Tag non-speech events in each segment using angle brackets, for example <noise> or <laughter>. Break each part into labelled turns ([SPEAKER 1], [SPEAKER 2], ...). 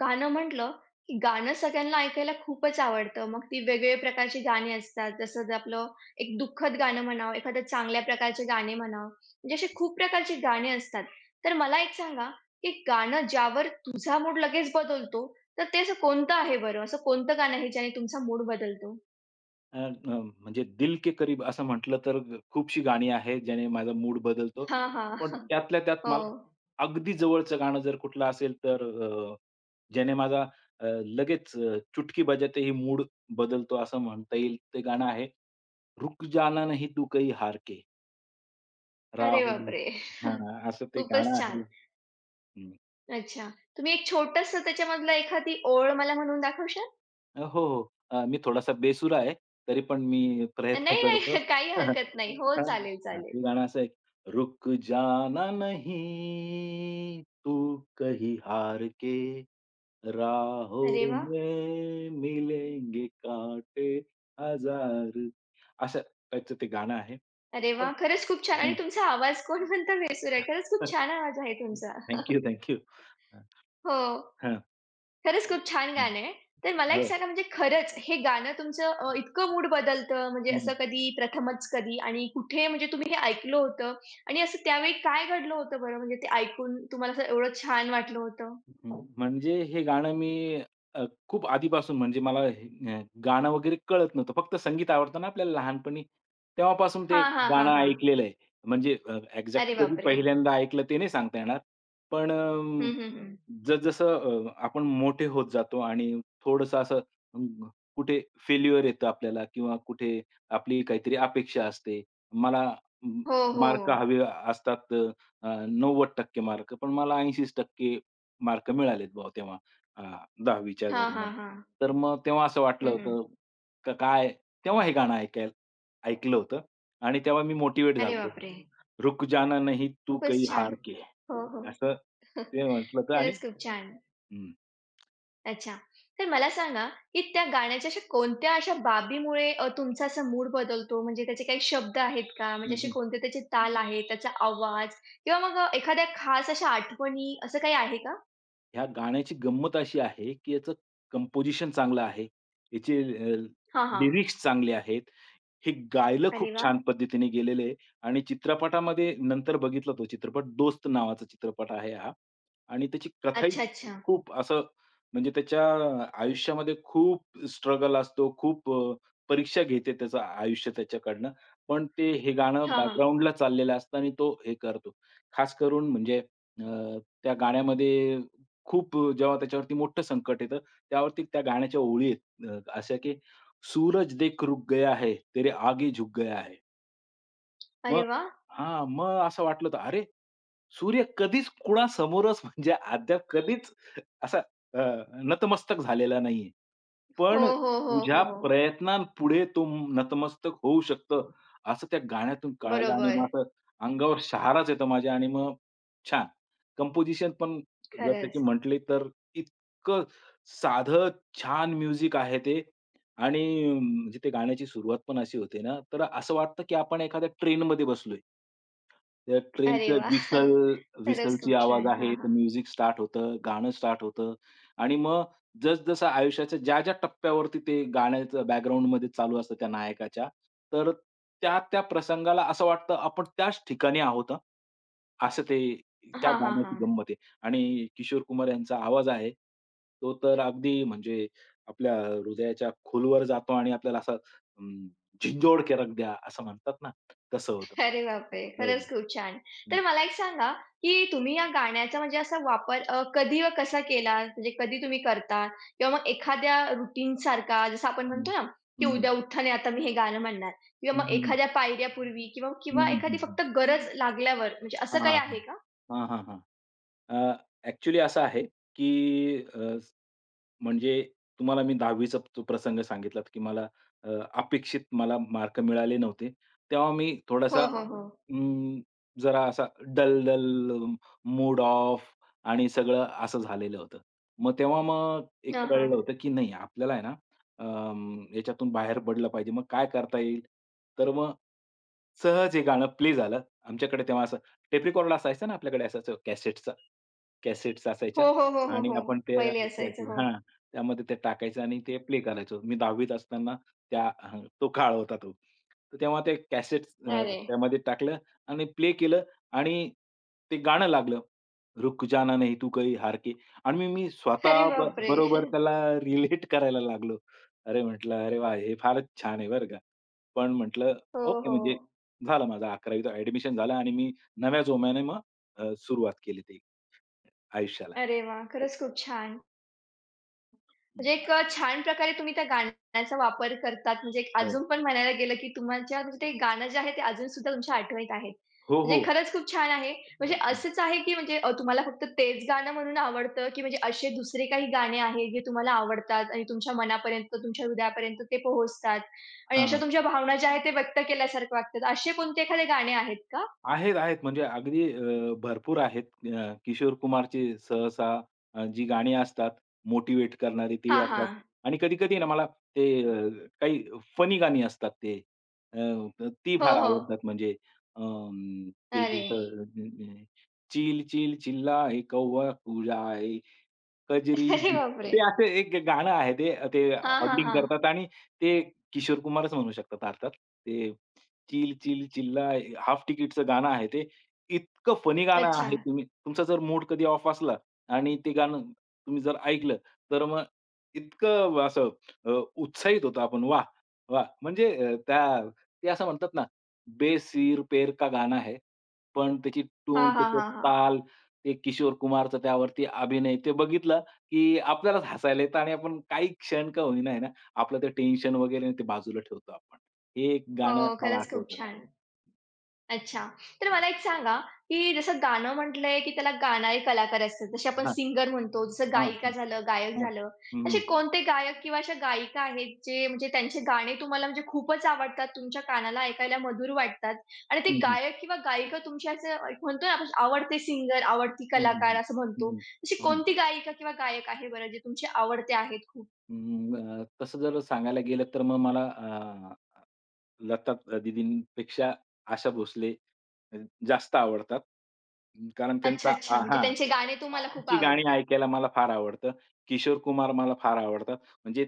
[SPEAKER 1] गाणं म्हटलं, की गाणं सगळ्यांना ऐकायला खूपच आवडतं. मग ती वेगवेगळ्या प्रकारची गाणी असतात. जसं ते आपलं एक दुःखद गाणं म्हणावं, एखादं चांगल्या प्रकारचे गाणे म्हणावं, म्हणजे असे खूप प्रकारची गाणी असतात. तर मला एक सांगा, की गाणं ज्यावर तुझा मूड लगेच बदलतो, तर ते असं कोणतं आहे बरं? असं कोणतं गाणं आहे ज्याने तुमचा मूड बदलतो?
[SPEAKER 2] अ, अ, म्हणजे दिल के करीब असं म्हटलं तर खूपशी गाणी आहेत ज्याने माझा मूड बदलतो.
[SPEAKER 1] हां, हां.
[SPEAKER 2] पण त्यातल्या त्यात
[SPEAKER 1] हो.
[SPEAKER 2] मला अगदी जवळचं गाणं जर कुठलं असेल तर अ, ज्याने माझा लगेच चुटकी बजाते ही मूड बदलतो असं म्हणता येईल ते गाणं आहे. रुक जाना नहीं तू कहीं हार के,
[SPEAKER 1] अरे
[SPEAKER 2] राहुल.
[SPEAKER 1] बापरे! <laughs>
[SPEAKER 2] हां, असं ते
[SPEAKER 1] खूपच
[SPEAKER 2] गाणं
[SPEAKER 1] छान.
[SPEAKER 2] आहे. हं.
[SPEAKER 1] अच्छा. तुम्ही एक छोटंसं त्याच्यामधलं एखादी ओळ मला म्हणून दाखवशाल?
[SPEAKER 2] हो, हो. मी थोडासा बेसुरा आहे, तरी पण मी प्रयत्न
[SPEAKER 1] नाही, नाही.
[SPEAKER 2] करतो.
[SPEAKER 1] <laughs> काही
[SPEAKER 2] <laughs>
[SPEAKER 1] हरकत नाही. हो,
[SPEAKER 2] हां.
[SPEAKER 1] चालेल,
[SPEAKER 2] हां,
[SPEAKER 1] चालेल.
[SPEAKER 2] ते गाणं असं आहे, रुक जाना नहीं तू कहीं हार के,
[SPEAKER 1] अरे
[SPEAKER 2] राहों
[SPEAKER 1] वाह!
[SPEAKER 2] में मिलेंगे कांटे हजार. असं टाइपचं ते गाणं आहे.
[SPEAKER 1] अरे
[SPEAKER 2] पण
[SPEAKER 1] वाह! खरंच खूप छान आणि
[SPEAKER 2] हं.
[SPEAKER 1] तुमचा आवाज कोण म्हणतं बेसूर आहे. खरंच खूप छान आवाज आहे तुमचा.
[SPEAKER 2] Thank
[SPEAKER 1] <laughs>
[SPEAKER 2] you, thank you. <laughs>
[SPEAKER 1] हो,
[SPEAKER 2] हां,
[SPEAKER 1] खरंच खूप छान
[SPEAKER 2] हां.
[SPEAKER 1] गाणं आहे. तर मला एक
[SPEAKER 2] हो.
[SPEAKER 1] सांगा म्हणजे खरंच हे गाणं तुमचं इतकं मूड बदलतं म्हणजे
[SPEAKER 2] हं.
[SPEAKER 1] असं कधी प्रथमच कधी आणि कुठे म्हणजे तुम्ही हे ऐकलं होतं आणि असं त्यावेळी काय घडलं होतं बरं म्हणजे ते ऐकून तुम्हाला असं एवढं छान वाटलं होतं?
[SPEAKER 2] हं, म्हणजे हे गाणं मी अ, खूप आधीपासून म्हणजे मला हे गाणं वगैरे कळत नव्हतं. फक्त संगीत आवडतं ना आपल्याला लहानपणी, तेव्हापासून ते
[SPEAKER 1] हां, हां, हां,
[SPEAKER 2] गाणं
[SPEAKER 1] हां.
[SPEAKER 2] ऐकलेलं आहे. म्हणजे एक्झॅक्ट
[SPEAKER 1] अरे
[SPEAKER 2] कधी
[SPEAKER 1] बापरे!
[SPEAKER 2] पहिल्यांदा ऐकलं ते नाही सांगता येणार. पण
[SPEAKER 1] हं, हं, हं.
[SPEAKER 2] जसजसं आपण मोठे होत जातो आणि थोडंसं असं अ, कुठे फेल्युअर येतं आपल्याला किंवा कुठे आपली काहीतरी अपेक्षा असते. मला म
[SPEAKER 1] हो, हो.
[SPEAKER 2] मार्क हवे असतात 90% मार्क पण मला 80% मार्क मिळालेत बुवा तेव्हा अ, 10वीच्या
[SPEAKER 1] हां, हां,
[SPEAKER 2] दरम्यान.
[SPEAKER 1] हां.
[SPEAKER 2] तर मग तेव्हा असं वाटलं
[SPEAKER 1] हं, हं.
[SPEAKER 2] होतं, का काय तेव्हा हे गाणं ऐकलं होतं आणि तेव्हा मी मोटिव्हेट
[SPEAKER 1] अरे
[SPEAKER 2] झालो.
[SPEAKER 1] बापरे!
[SPEAKER 2] "रुक जाना नहीं तू
[SPEAKER 1] खूपच
[SPEAKER 2] कही हार
[SPEAKER 1] छान.
[SPEAKER 2] के."
[SPEAKER 1] हो, हो.
[SPEAKER 2] असं ते म्हटलं होतं आणि
[SPEAKER 1] खरंच खूप छान.
[SPEAKER 2] हं.
[SPEAKER 1] अच्छा. तर मला सांगा, की त्या गाण्याच्या अशा कोणत्या अशा बाबीमुळे तुमचा असा मूड बदलतो? म्हणजे त्याचे काही शब्द आहेत का? म्हणजे
[SPEAKER 2] हं,
[SPEAKER 1] असे
[SPEAKER 2] हं.
[SPEAKER 1] कोणते त्याचे ताल आहेत, त्याचा आवाज किंवा मग एखाद्या खास अशा आठवणी असं काही आहे का?
[SPEAKER 2] ह्या गाण्याची गंमत अशी आहे, की याचं कंपोझिशन चांगलं आहे. याचे
[SPEAKER 1] हां, हां.
[SPEAKER 2] लिरिक्स चांगले आहेत. हे गायलं खूप
[SPEAKER 1] अरे वाह!
[SPEAKER 2] छान पद्धतीने गेलेलं आहे आणि चित्रपटामध्ये नंतर बघितला तो चित्रपट. दोस्त नावाचा चित्रपट आहे हा आणि त्याची
[SPEAKER 1] अच्छा,
[SPEAKER 2] कथाही
[SPEAKER 1] अच्छा.
[SPEAKER 2] खूप असं म्हणजे त्याच्या आयुष्यामध्ये खूप स्ट्रगल असतो. खूप परीक्षा घेते त्याचं आयुष्य त्याच्याकडनं. पण ते हे गाणं
[SPEAKER 1] हां, हां.
[SPEAKER 2] बॅकग्राऊंडला चाललेलं असतं आणि तो हे करतो. खास करून म्हणजे त्या गाण्यामध्ये खूप जेव्हा त्याच्यावरती मोठं संकट येतं, त्यावरती त्या गाण्याच्या ओळी आहेत अशा की "सूरज देख रुक गया है, तेरे आगे झुक गया है."
[SPEAKER 1] अरे
[SPEAKER 2] मग
[SPEAKER 1] वाह!
[SPEAKER 2] हां, मग असं वाटलं होतं, "अरे! सूर्य कधीच कुणासमोरच म्हणजे अद्याप कधीच असा अ, नतमस्तक झालेला नाहीये.
[SPEAKER 1] हो,
[SPEAKER 2] पण
[SPEAKER 1] हो, हो,
[SPEAKER 2] तुझ्या
[SPEAKER 1] हो, हो.
[SPEAKER 2] प्रयत्नांपुढे तो नतमस्तक होऊ शकतं, असं त्या गाण्यातून कळालं आणि मग
[SPEAKER 1] बरोबर.
[SPEAKER 2] असं अंगावर शहाराच येतो माझ्या आणि मग छान. कंपोझिशन पण जर त्याची
[SPEAKER 1] खरंच.
[SPEAKER 2] म्हटली तर इतकं साधं छान म्युझिक आहे ते आणि म्हणजे ते गाण्याची सुरुवात पण अशी होते ना, तर असं वाटतं की आपण एखाद्या ट्रेनमध्ये बसलोय. त्या
[SPEAKER 1] अरे
[SPEAKER 2] ट्रेनचं
[SPEAKER 1] वाह! <laughs> खरंच खूप
[SPEAKER 2] व्हिसलची आवाज
[SPEAKER 1] छान. हां,
[SPEAKER 2] आहे, तर
[SPEAKER 1] हां.
[SPEAKER 2] म्युझिक स्टार्ट होतं, गाणं स्टार्ट होतं आणि मग जसं-जसं आयुष्याच्या ज्या-ज्या टप्प्यावरती ते गाण्याचं बॅकग्राऊंडमध्ये चालू असतं त्या नायकाच्या, तर त्या-त्या प्रसंगाला असं वाटतं आपण त्याच ठिकाणी आहोत हां. असं ते त्या
[SPEAKER 1] हां, हां,
[SPEAKER 2] गाण्याची
[SPEAKER 1] हां.
[SPEAKER 2] गंमत आहे आणि किशोर कुमार यांचा आवाज आहे, तो तर अगदी म्हणजे आपल्या हृदयाच्या खोलवर जातो आणि आपल्याला असा अं, "झिंजोड के रख दिया" असं म्हणतात ना, तसं होतं ते.
[SPEAKER 1] अरे बापरे!
[SPEAKER 2] हो.
[SPEAKER 1] खरंच खूप छान.
[SPEAKER 2] हं,
[SPEAKER 1] तर मला एक सांगा, की तुम्ही या गाण्याचा म्हणजे असा वापर कधी व कसा केला? म्हणजे कधी तुम्ही करता? किंवा मग एखाद्या रूटीनसारखा जसं आपण
[SPEAKER 2] हं.
[SPEAKER 1] म्हणतो ना, की
[SPEAKER 2] हं, हं.
[SPEAKER 1] उद्या उठताना आता मी हे गाणं म्हणणार किंवा
[SPEAKER 2] हं,
[SPEAKER 1] मग
[SPEAKER 2] हं, हं.
[SPEAKER 1] एखाद्या पायऱ्यापूर्वी किंवा
[SPEAKER 2] हं,
[SPEAKER 1] किंवा
[SPEAKER 2] हं,
[SPEAKER 1] एखादी
[SPEAKER 2] हं,
[SPEAKER 1] फक्त गरज लागल्यावर म्हणजे असं
[SPEAKER 2] हां,
[SPEAKER 1] काही
[SPEAKER 2] हां,
[SPEAKER 1] आहे का?
[SPEAKER 2] हां. हां, हां, हां. ॲक्चुअली असं आहे, की अ, म्हणजे तुम्हाला मी 10वी चा तो प्रसंग सांगितलात, की मला अ, अपेक्षित मला मार्क मिळाले नव्हते. तेव्हा मी थोडासा
[SPEAKER 1] हो, हो, हो.
[SPEAKER 2] अं, जरा असा डल-डल, मूड ऑफ आणि सगळं असं झालेलं होतं. मग तेव्हा मग एक
[SPEAKER 1] हां,
[SPEAKER 2] कळलं
[SPEAKER 1] हां.
[SPEAKER 2] होतं, की नाही आपल्याला आहे ना याच्यातून बाहेर पडलं पाहिजे. मग काय करता येईल? तर मग सहज हे गाणं प्ले झालं. आमच्याकडे तेव्हा असं टेप रेकॉर्ड ना आपल्याकडे असायचं कॅसेटचा. कॅसेट्स
[SPEAKER 1] हो,
[SPEAKER 2] असायच्या
[SPEAKER 1] हो, हो, हो,
[SPEAKER 2] आणि
[SPEAKER 1] हो.
[SPEAKER 2] आपण
[SPEAKER 1] पहिले असायचं. हो.
[SPEAKER 2] त्यामध्ये ते टाकायचं आणि ते प्ले करायचो. मी 10वीत असताना त्या हं, तो काळ होता तो. तर तेव्हा ते कॅसेट्स
[SPEAKER 1] अरे!
[SPEAKER 2] त्यामध्ये टाकलं आणि प्ले केलं आणि ते गाणं लागलं. रुक जाना नहीं तू कही हार के आणि मी मी स्वतः
[SPEAKER 1] अरे बापरे! <laughs>
[SPEAKER 2] बरोबर त्याला रिलेट करायला लागलो. अरे म्हटलं, "अरे वाह! हे फारच छान आहे बरं का." पण म्हटलं
[SPEAKER 1] हो,
[SPEAKER 2] ओके म्हणजे
[SPEAKER 1] हो.
[SPEAKER 2] झालं माझं 11वी चं झालं आणि मी नव्या जोमाने मग सुरुवात केली ती आयुष्याला.
[SPEAKER 1] अरे वाह! खरंच खूप छान. म्हणजे
[SPEAKER 2] हं.
[SPEAKER 1] एक छान प्रकारे तुम्ही त्या गाण्याचा वापर करतात. म्हणजे एक
[SPEAKER 2] हो.
[SPEAKER 1] अजून पण म्हणायला गेलं, की तुमच्या म्हणजे ते गाणं जे आहे ते अजूनसुद्धा तुमच्या आठवणीत आहे.
[SPEAKER 2] हो,
[SPEAKER 1] म्हणजे
[SPEAKER 2] हो.
[SPEAKER 1] खरंच खूप छान आहे. म्हणजे असंच आहे, की म्हणजे तुम्हाला फक्त तेच गाणं म्हणून आवडतं, की म्हणजे असे दुसरे काही गाणे आहेत जे तुम्हाला आवडतात आणि तुमच्या मनापर्यंत, तुमच्या हृदयापर्यंत ते पोहोचतात आणि अशा
[SPEAKER 2] हां.
[SPEAKER 1] तुमच्या भावना ज्या आहेत ते व्यक्त केल्यासारखं वाटतात. असे कोणते एखादे गाणे आहेत का?
[SPEAKER 2] आहेत, आहेत. म्हणजे अगदी भरपूर आहेत. किशोर कुमारची सहसा जी गाणी असतात मोटिव्हेट करणारी ती
[SPEAKER 1] हां, हो.
[SPEAKER 2] असतात
[SPEAKER 1] हां.
[SPEAKER 2] आणि कधी-कधी ना मला ते अ, काही फनी गाणी असतात ते. अ, ती
[SPEAKER 1] हो,
[SPEAKER 2] फार
[SPEAKER 1] हो.
[SPEAKER 2] आवडतात म्हणजे ते जे
[SPEAKER 1] अरे!
[SPEAKER 2] चिल, चिल्लाए कौवा कजरी
[SPEAKER 1] <laughs> अरे बापरे!
[SPEAKER 2] ते असं एक गाणं आहे ते ते
[SPEAKER 1] हां, हां,
[SPEAKER 2] ऑडिटिंग
[SPEAKER 1] हां.
[SPEAKER 2] करतात आणि ते किशोर कुमारच म्हणू शकतात अर्थात. ते चिल, चिल, चिल्ला हाफ तिकीटचं गाणं आहे ते. इतकं फनी गाणं
[SPEAKER 1] अच्छा.
[SPEAKER 2] आहे तुम्ही तुमचा जर मूड कधी ऑफ असला आणि ते गाणं तुम्ही जर ऐकलं तर मग इतकं असं उत्साहित होतो आपण वाह! वाह! म्हणजे अ, त्या ते असं म्हणतात ना, बेसिर पैर का गाणं आहे. पण त्याची
[SPEAKER 1] हां,
[SPEAKER 2] टोन,
[SPEAKER 1] हां,
[SPEAKER 2] त्याचा
[SPEAKER 1] हां, हां.
[SPEAKER 2] ताल, ते किशोर कुमारचं त्यावरती अभिनय ते बघितलं की आपल्यालाच हसायला येतं आणि आपण काही क्षण का होईना आहे ना, आपलं ते टेन्शन वगैरे ते बाजूला ठेवतो आपण. हे एक
[SPEAKER 1] हो,
[SPEAKER 2] गाणं मला
[SPEAKER 1] खरंच खूप
[SPEAKER 2] आठवतं.
[SPEAKER 1] छान. अच्छा, तर मला एक सांगा, की जसं गाणं म्हटलंय, की त्याला गाणारे कलाकार असतात. जसे आपण
[SPEAKER 2] हां,
[SPEAKER 1] सिंगर म्हणतो, जसं
[SPEAKER 2] हां,
[SPEAKER 1] गायिका
[SPEAKER 2] हं,
[SPEAKER 1] झालं, गायक
[SPEAKER 2] हां.
[SPEAKER 1] झालं.
[SPEAKER 2] हं,
[SPEAKER 1] असे
[SPEAKER 2] हं,
[SPEAKER 1] कोणते गायक किंवा अशा गायिका आहेत, जे म्हणजे त्यांचे गाणे तुम्हाला म्हणजे खूपच आवडतात, तुमच्या कानाला ऐकायला मधुर वाटतात आणि ते
[SPEAKER 2] हं,
[SPEAKER 1] गायक किंवा गायिका तुमची असं एक म्हणतो ना आपण आवडते सिंगर, आवडती
[SPEAKER 2] हं,
[SPEAKER 1] कलाकार
[SPEAKER 2] हं,
[SPEAKER 1] असं म्हणतो.
[SPEAKER 2] हं.
[SPEAKER 1] अशी
[SPEAKER 2] हं, हं,
[SPEAKER 1] कोणती गायिका किंवा गायक आहे बरं, जे तुमचे आवडते आहेत खूप?
[SPEAKER 2] हं. तसं जर सांगायला गेलं तर मग मला लता दीदींपेक्षा आशा भोसले अ, जास्त आवडतात. कारण
[SPEAKER 1] अच्छा,
[SPEAKER 2] त्यांचा
[SPEAKER 1] अच्छा.
[SPEAKER 2] हां,
[SPEAKER 1] म्हणजे
[SPEAKER 2] हां.
[SPEAKER 1] त्यांचे गाणे तुम्हाला खूप
[SPEAKER 2] तुमची गाणी
[SPEAKER 1] आवडतात.
[SPEAKER 2] ऐकायला मला फार आवडतं. किशोर कुमार मला फार आवडतात. म्हणजे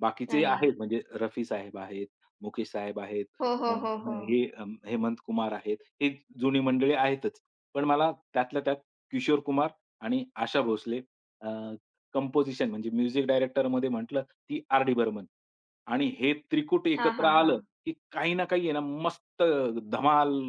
[SPEAKER 2] बाकीचे
[SPEAKER 1] अरे.
[SPEAKER 2] आहेत म्हणजे रफी साहेब आहेत, मुकेश साहेब आहेत,
[SPEAKER 1] हो,
[SPEAKER 2] अ,
[SPEAKER 1] हो, हो, हो.
[SPEAKER 2] हे अ, हेमंत कुमार आहेत. ही जुनी मंडळी आहेतच. पण मला त्यातल्या त्यात किशोर कुमार आणि आशा भोसले अ, कंपोझिशन म्हणजे म्युझिक डायरेक्टरमध्ये म्हटलं, ती आर.डी. बर्मन आणि हे त्रिकूट
[SPEAKER 1] हां,
[SPEAKER 2] एकत्र
[SPEAKER 1] हां,
[SPEAKER 2] आलं,
[SPEAKER 1] हां.
[SPEAKER 2] की काही ना काही आहे ना मस्त धमाल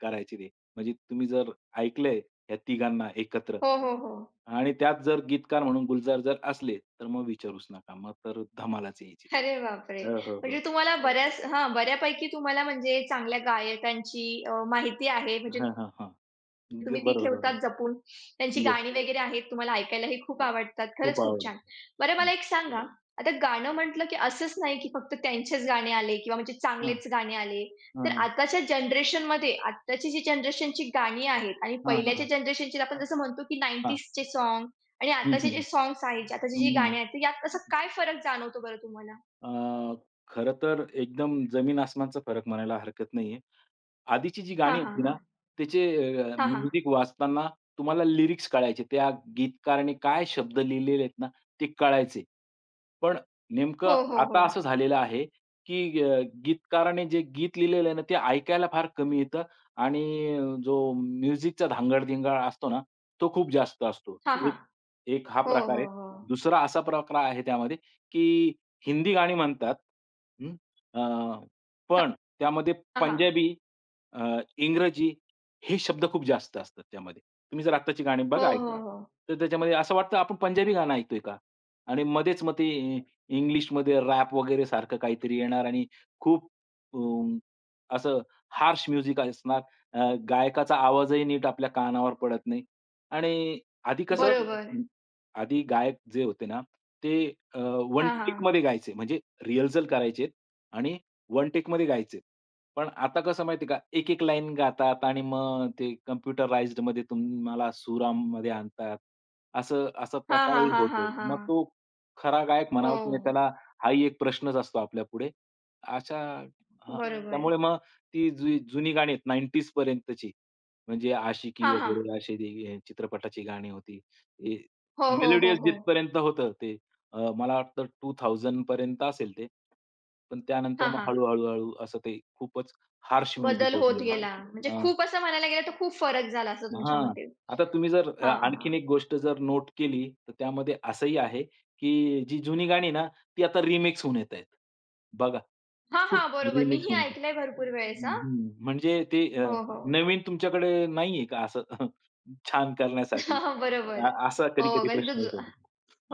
[SPEAKER 2] करायची ते. म्हणजे तुम्ही जर ऐकलंय या तिघांना एकत्र.
[SPEAKER 1] हो, हो, हो.
[SPEAKER 2] आणि त्यात जर गीतकार म्हणून गुलजार जर असले, तर मग विचारूच नका. मग तर धमालाच यायची.
[SPEAKER 1] अरे बापरे!
[SPEAKER 2] हो, हो, हो.
[SPEAKER 1] म्हणजे तुम्हाला बऱ्याच हां, बऱ्यापैकी तुम्हाला म्हणजे चांगल्या गायकांची माहिती आहे. म्हणजे
[SPEAKER 2] हां, हां, हां.
[SPEAKER 1] तुम्ही ती
[SPEAKER 2] बरोबर,
[SPEAKER 1] ठेवतात
[SPEAKER 2] बरोबर.
[SPEAKER 1] जपून. त्यांची
[SPEAKER 2] येस.
[SPEAKER 1] गाणी वगैरे आहेत, तुम्हाला ऐकायलाही खूप आवडतात.
[SPEAKER 2] खूप
[SPEAKER 1] खरंच खूप छान.
[SPEAKER 2] आवडतं.
[SPEAKER 1] बरं
[SPEAKER 2] हां.
[SPEAKER 1] मला एक सांगा, आता गाणं म्हटलं की असंच नाही की फक्त त्यांचेच गाणे आले किंवा म्हणजे
[SPEAKER 2] हां,
[SPEAKER 1] चांगलेच गाणे आले.
[SPEAKER 2] हां,
[SPEAKER 1] तर
[SPEAKER 2] हां,
[SPEAKER 1] आताच्या जनरेशनमध्ये आत्ताची जी जनरेशनची गाणी आहेत आणि
[SPEAKER 2] हां,
[SPEAKER 1] पहिल्याच्या
[SPEAKER 2] हां,
[SPEAKER 1] जनरेशनची आपण जसं म्हणतो की
[SPEAKER 2] हां.
[SPEAKER 1] 90sचे सॉन्ग आणि
[SPEAKER 2] हं,
[SPEAKER 1] आताचे
[SPEAKER 2] हं,
[SPEAKER 1] जे
[SPEAKER 2] हं.
[SPEAKER 1] सॉन्ग्स आहेत, जे आताची जी
[SPEAKER 2] हं,
[SPEAKER 1] गाणी आहेत, तर यात असा काय फरक जाणवतो बरं तुम्हाला?
[SPEAKER 2] खरं तर एकदम जमीन आसमानचा फरक म्हणायला हरकत नाहीये. आधीची जी
[SPEAKER 1] हां,
[SPEAKER 2] गाणी
[SPEAKER 1] हां,
[SPEAKER 2] होती ना,
[SPEAKER 1] हां.
[SPEAKER 2] त्याचे
[SPEAKER 1] हां, हां.
[SPEAKER 2] म्युझिक वाचताना तुम्हाला लिरिक्स कळायचे. त्या गीतकाराने काय शब्द लिहिलेले आहेत ना, ते कळायचे. पण
[SPEAKER 1] हो,
[SPEAKER 2] नेमकं
[SPEAKER 1] हो, हो.
[SPEAKER 2] आता असं झालेलं आहे, की गीतकाराने जे गीत लिहिलेलं आहे ना, ते ऐकायला फार कमी येतं आणि जो म्युझिकचा धांगड-धिंगाणा असतो ना, तो खूप जास्त असतो.
[SPEAKER 1] हां, हां.
[SPEAKER 2] एक एक हा
[SPEAKER 1] हो,
[SPEAKER 2] प्रकार
[SPEAKER 1] हो,
[SPEAKER 2] आहे.
[SPEAKER 1] हो.
[SPEAKER 2] दुसरा असा प्रकार आहे त्यामध्ये, की हिंदी गाणी म्हणतात. हं, अ, पण त्यामध्ये
[SPEAKER 1] हां, हां.
[SPEAKER 2] पंजाबी, अ, इंग्रजी हे शब्द खूप जास्त असतात त्यामध्ये. तुम्ही जर आत्ताची गाणी
[SPEAKER 1] हो,
[SPEAKER 2] बघा
[SPEAKER 1] हो,
[SPEAKER 2] ऐकून,
[SPEAKER 1] हो.
[SPEAKER 2] तर त्याच्यामध्ये असं वाटतं आपण पंजाबी गाणं ऐकतोय का? आणि मध्येच मग ते इ इंग्लिशमध्ये रॅप वगैरे सारखं काहीतरी येणार आणि खूप अ, असं हार्श म्युझिक असणार. अ, गायकाचा आवाजही नीट आपल्या कानावर पडत नाही आणि आधी कसं
[SPEAKER 1] बरोबर.
[SPEAKER 2] आधी गायक जे होते ना, ते वन
[SPEAKER 1] हां, हां.
[SPEAKER 2] टेकमध्ये गायचे. म्हणजे रिहर्सल करायचे आणि वन टेकमध्ये गायचे. पण आता कसं माहिती का, एक-एक लाईन गातात आणि मग ते कॉम्प्युटराइज्डमध्ये तुम्हाला सुरामध्ये आणतात. असं असा
[SPEAKER 1] हां, हां,
[SPEAKER 2] प्रकारही
[SPEAKER 1] हां,
[SPEAKER 2] होतो.
[SPEAKER 1] हां,
[SPEAKER 2] मग
[SPEAKER 1] हां.
[SPEAKER 2] तो खरा गायक
[SPEAKER 1] हो,
[SPEAKER 2] म्हणावा की नाही त्याला हाही एक प्रश्नच असतो आपल्यापुढे. अशा हां,
[SPEAKER 1] बरोबर.
[SPEAKER 2] त्यामुळे मग ती जी जुनी गाणी आहेत 90s पर्यंतची म्हणजे आशिकी
[SPEAKER 1] हां, हां.
[SPEAKER 2] वगैरे असे जे हे चित्रपटाची गाणी होती. हे
[SPEAKER 1] हो, हो, हो,
[SPEAKER 2] मेलोडियस
[SPEAKER 1] हो.
[SPEAKER 2] जिथपर्यंत होतं ते मला वाटतं 2000 पर्यंत असेल ते. पण त्यानंतर
[SPEAKER 1] हां,
[SPEAKER 2] मग
[SPEAKER 1] हां.
[SPEAKER 2] हळू असं ते खूपच हार्श म्युझिक
[SPEAKER 1] बदल
[SPEAKER 2] होत
[SPEAKER 1] होत
[SPEAKER 2] गेलं.
[SPEAKER 1] गेला. म्हणजे खूप असं म्हणायला गेलं तर खूप फरक झाला असं तुमच्या
[SPEAKER 2] हां.
[SPEAKER 1] मते.
[SPEAKER 2] आता तुम्ही जर
[SPEAKER 1] हां, हां.
[SPEAKER 2] आणखीन एक गोष्ट जर नोट केली, तर त्यामध्ये असंही आहे, की जी जुनी गाणी ना, ती आता रिमिक्स होऊन येतायत. बघा,
[SPEAKER 1] हां, हां,
[SPEAKER 2] खूप
[SPEAKER 1] बरोबर.
[SPEAKER 2] रिमिक्स
[SPEAKER 1] मीही
[SPEAKER 2] होऊन येतात.
[SPEAKER 1] ऐकलंय भरपूर वेळेस
[SPEAKER 2] हं,
[SPEAKER 1] हां.
[SPEAKER 2] हं. म्हणजे
[SPEAKER 1] हो, हो.
[SPEAKER 2] नवीन तुमच्याकडे नाहीये का असं <laughs> छान करण्यासाठी?
[SPEAKER 1] <laughs> बरोबर.
[SPEAKER 2] असा
[SPEAKER 1] हो, <unintelligible>
[SPEAKER 2] कधी-कधी प्रश्न येतो.
[SPEAKER 1] हो,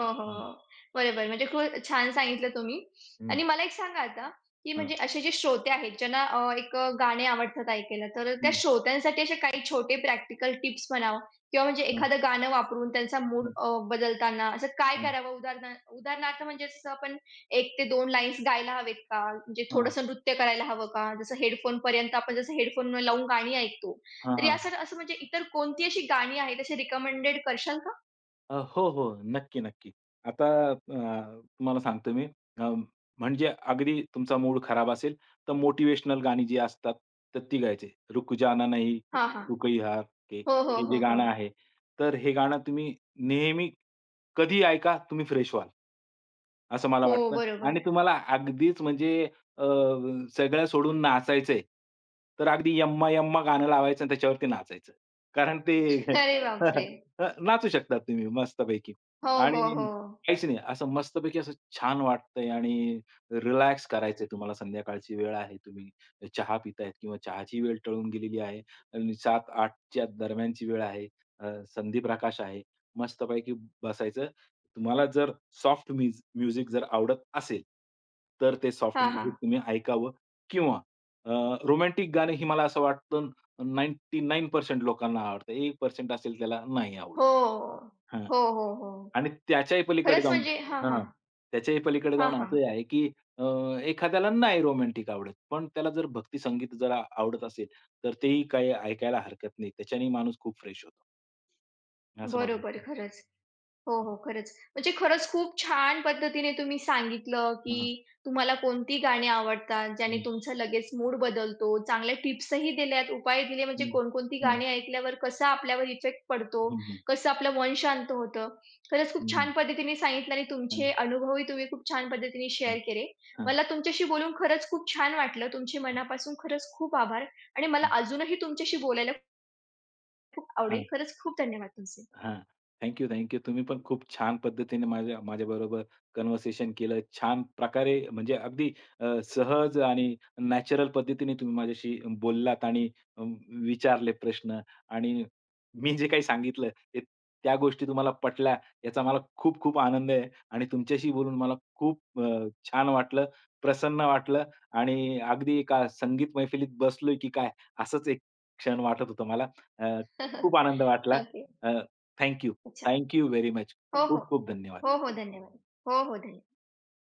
[SPEAKER 1] हो,
[SPEAKER 2] हं,
[SPEAKER 1] हो. बरोबर. म्हणजे खूप छान सांगितलं तुम्ही.
[SPEAKER 2] हं,
[SPEAKER 1] आणि मला एक सांगा आता, की
[SPEAKER 2] हां,
[SPEAKER 1] म्हणजे असे जे श्रोते आहेत, ज्यांना एक गाणे आवडतात ऐकायला, तर त्या
[SPEAKER 2] हं,
[SPEAKER 1] श्रोत्यांसाठी असे काही छोटे प्रॅक्टिकल टिप्स म्हणावं किंवा म्हणजे
[SPEAKER 2] हं,
[SPEAKER 1] एखादं गाणं वापरून त्यांचा मूड
[SPEAKER 2] हं,
[SPEAKER 1] बदलताना असं काय
[SPEAKER 2] हं,
[SPEAKER 1] करावं? उदाहरणार्थ म्हणजे जसं आपण 1 ते 2 लाईन्स गायला हवेत का? म्हणजे
[SPEAKER 2] हां,
[SPEAKER 1] थोडंसं नृत्य करायला हवं का? जसं हेडफोनपर्यंत आपण जसं हेडफोन लावून गाणी ऐकतो,
[SPEAKER 2] हां,
[SPEAKER 1] तर
[SPEAKER 2] हां.
[SPEAKER 1] यासाठी असं म्हणजे इतर कोणती अशी गाणी आहेत, अशी रिकमेंडेड करशाल का?
[SPEAKER 2] हो, हो. नक्की, नक्की. आता तुम्हाला सांगतो मी अ, म्हणजे अगदी तुमचा मूड खराब असेल, तर मोटिव्हेशनल गाणी जी असतात, तर ती गायचे. "रुक जाना नहीं,
[SPEAKER 1] हां, हां.
[SPEAKER 2] तू कही हार के."
[SPEAKER 1] हो, हो,
[SPEAKER 2] हे जे
[SPEAKER 1] हो, हो.
[SPEAKER 2] गाणं आहे, तर हे गाणं तुम्ही नेहमी कधीही ऐका, तुम्ही फ्रेश व्हाल. असं मला
[SPEAKER 1] हो,
[SPEAKER 2] वाटतं आणि
[SPEAKER 1] बरोबर.
[SPEAKER 2] तुम्हाला अगदीच म्हणजे अ, सगळं सोडून नाचायचंय, तर अगदी यम्मा, यम्मा गाणं लावायचं आणि त्याच्यावरती नाचायचं. कारण ते
[SPEAKER 1] अरे बापरे!
[SPEAKER 2] <laughs> नाचू शकता तुम्ही मस्तपैकी
[SPEAKER 1] हो, हो,
[SPEAKER 2] आणि
[SPEAKER 1] हो.
[SPEAKER 2] काहीच नाही. असं मस्तपैकी असं छान वाटतंय आणि रिलॅक्स करायचंय तुम्हाला संध्याकाळची वेळ आहे. तुम्ही चहा पितायत किंवा चहाची वेळ टळून गेलेली आहे. आणि 7:00-8:00 दरम्यानची वेळ आहे. अ, संधीप्रकाश आहे. मस्तपैकी बसायचं. तुम्हाला जर सॉफ्ट म्युज म्युझिक जर आवडत असेल, तर ते सॉफ्ट
[SPEAKER 1] हां, हां.
[SPEAKER 2] म्युझिक तुम्ही ऐकावं किंवा रोमॅन्टिक गाणी ही मला असं वाटतं 99% लोकांना आवडतं. 1% असेल त्याला नाही आवडत.
[SPEAKER 1] हो.
[SPEAKER 2] हां.
[SPEAKER 1] हो, हो, हो.
[SPEAKER 2] आणि त्याच्याही पलीकडे
[SPEAKER 1] खरंच
[SPEAKER 2] जाऊन
[SPEAKER 1] म्हणजे हां,
[SPEAKER 2] हां.
[SPEAKER 1] हां.
[SPEAKER 2] त्याच्याही पलीकडे
[SPEAKER 1] हां,
[SPEAKER 2] जाऊन
[SPEAKER 1] हां.
[SPEAKER 2] असंही आहे, की अ, एखाद्याला नाही रोमॅन्टिक आवडत. पण त्याला जर भक्ती संगीत जर आवडत असेल, तर तेही काही ऐकायला हरकत नाही. त्याच्याने माणूस खूप फ्रेश होतो. असं मला
[SPEAKER 1] बरोबर,
[SPEAKER 2] वाटतं.
[SPEAKER 1] खरंच. हो, हो. खरंच. म्हणजे खरंच खूप छान पद्धतीने तुम्ही सांगितलं,
[SPEAKER 2] हं, हं,
[SPEAKER 1] की तुम्हाला कोणती गाणी आवडतात, ज्याने
[SPEAKER 2] हं,
[SPEAKER 1] तुमचा लगेच मूड बदलतो. चांगल्या टिप्सही दिल्यात, उपाय दिले, म्हणजे
[SPEAKER 2] हं,
[SPEAKER 1] कोणकोणती
[SPEAKER 2] हं,
[SPEAKER 1] गाणी ऐकल्यावर कसा आपल्यावर इफेक्ट पडतो,
[SPEAKER 2] हं, हं, हं,
[SPEAKER 1] कसं आपलं मन शांत होतं. खरंच खूप
[SPEAKER 2] हं,
[SPEAKER 1] छान पद्धतीने सांगितलं आणि
[SPEAKER 2] हं,
[SPEAKER 1] तुमचे अनुभवही तुम्ही खूप छान पद्धतीने
[SPEAKER 2] हं,
[SPEAKER 1] शेअर केले.
[SPEAKER 2] हं,
[SPEAKER 1] मला तुमच्याशी बोलून खरंच खूप छान वाटलं. तुमचे
[SPEAKER 2] हं,
[SPEAKER 1] मनापासून खरंच खूप आभार आणि मला अजूनही तुमच्याशी बोलायला खूप आवडेल.
[SPEAKER 2] हं.
[SPEAKER 1] खरंच खूप धन्यवाद तुमचे.
[SPEAKER 2] हां. थँक यू, तुम्ही पण खूप छान पद्धतीने माझ्याबरोबर कन्व्हर्सेशन केलं. छान प्रकारे म्हणजे अगदी अ, सहज आणि नॅचरल पद्धतीने तुम्ही माझ्याशी बोललात आणि अ, विचारले प्रश्न आणि मी जे काही सांगितलं ते त्या गोष्टी तुम्हाला पटल्या याचा मला खूप खूप आनंद आहे आणि तुमच्याशी बोलून मला खूप छान वाटलं, प्रसन्न वाटलं आणि अगदी एका संगीत मैफिलीत बसलोय की काय असंच एक क्षण वाटत होतं मला. अ, खूप आनंद
[SPEAKER 1] <laughs>
[SPEAKER 2] वाटला.
[SPEAKER 1] ओके.
[SPEAKER 2] अ थँक यू.
[SPEAKER 1] अच्छा.
[SPEAKER 2] Thank you very much.
[SPEAKER 1] हो, हो.
[SPEAKER 2] खूप खूप धन्यवाद.
[SPEAKER 1] हो, हो. धन्यवाद. हो, हो. धन्यवाद.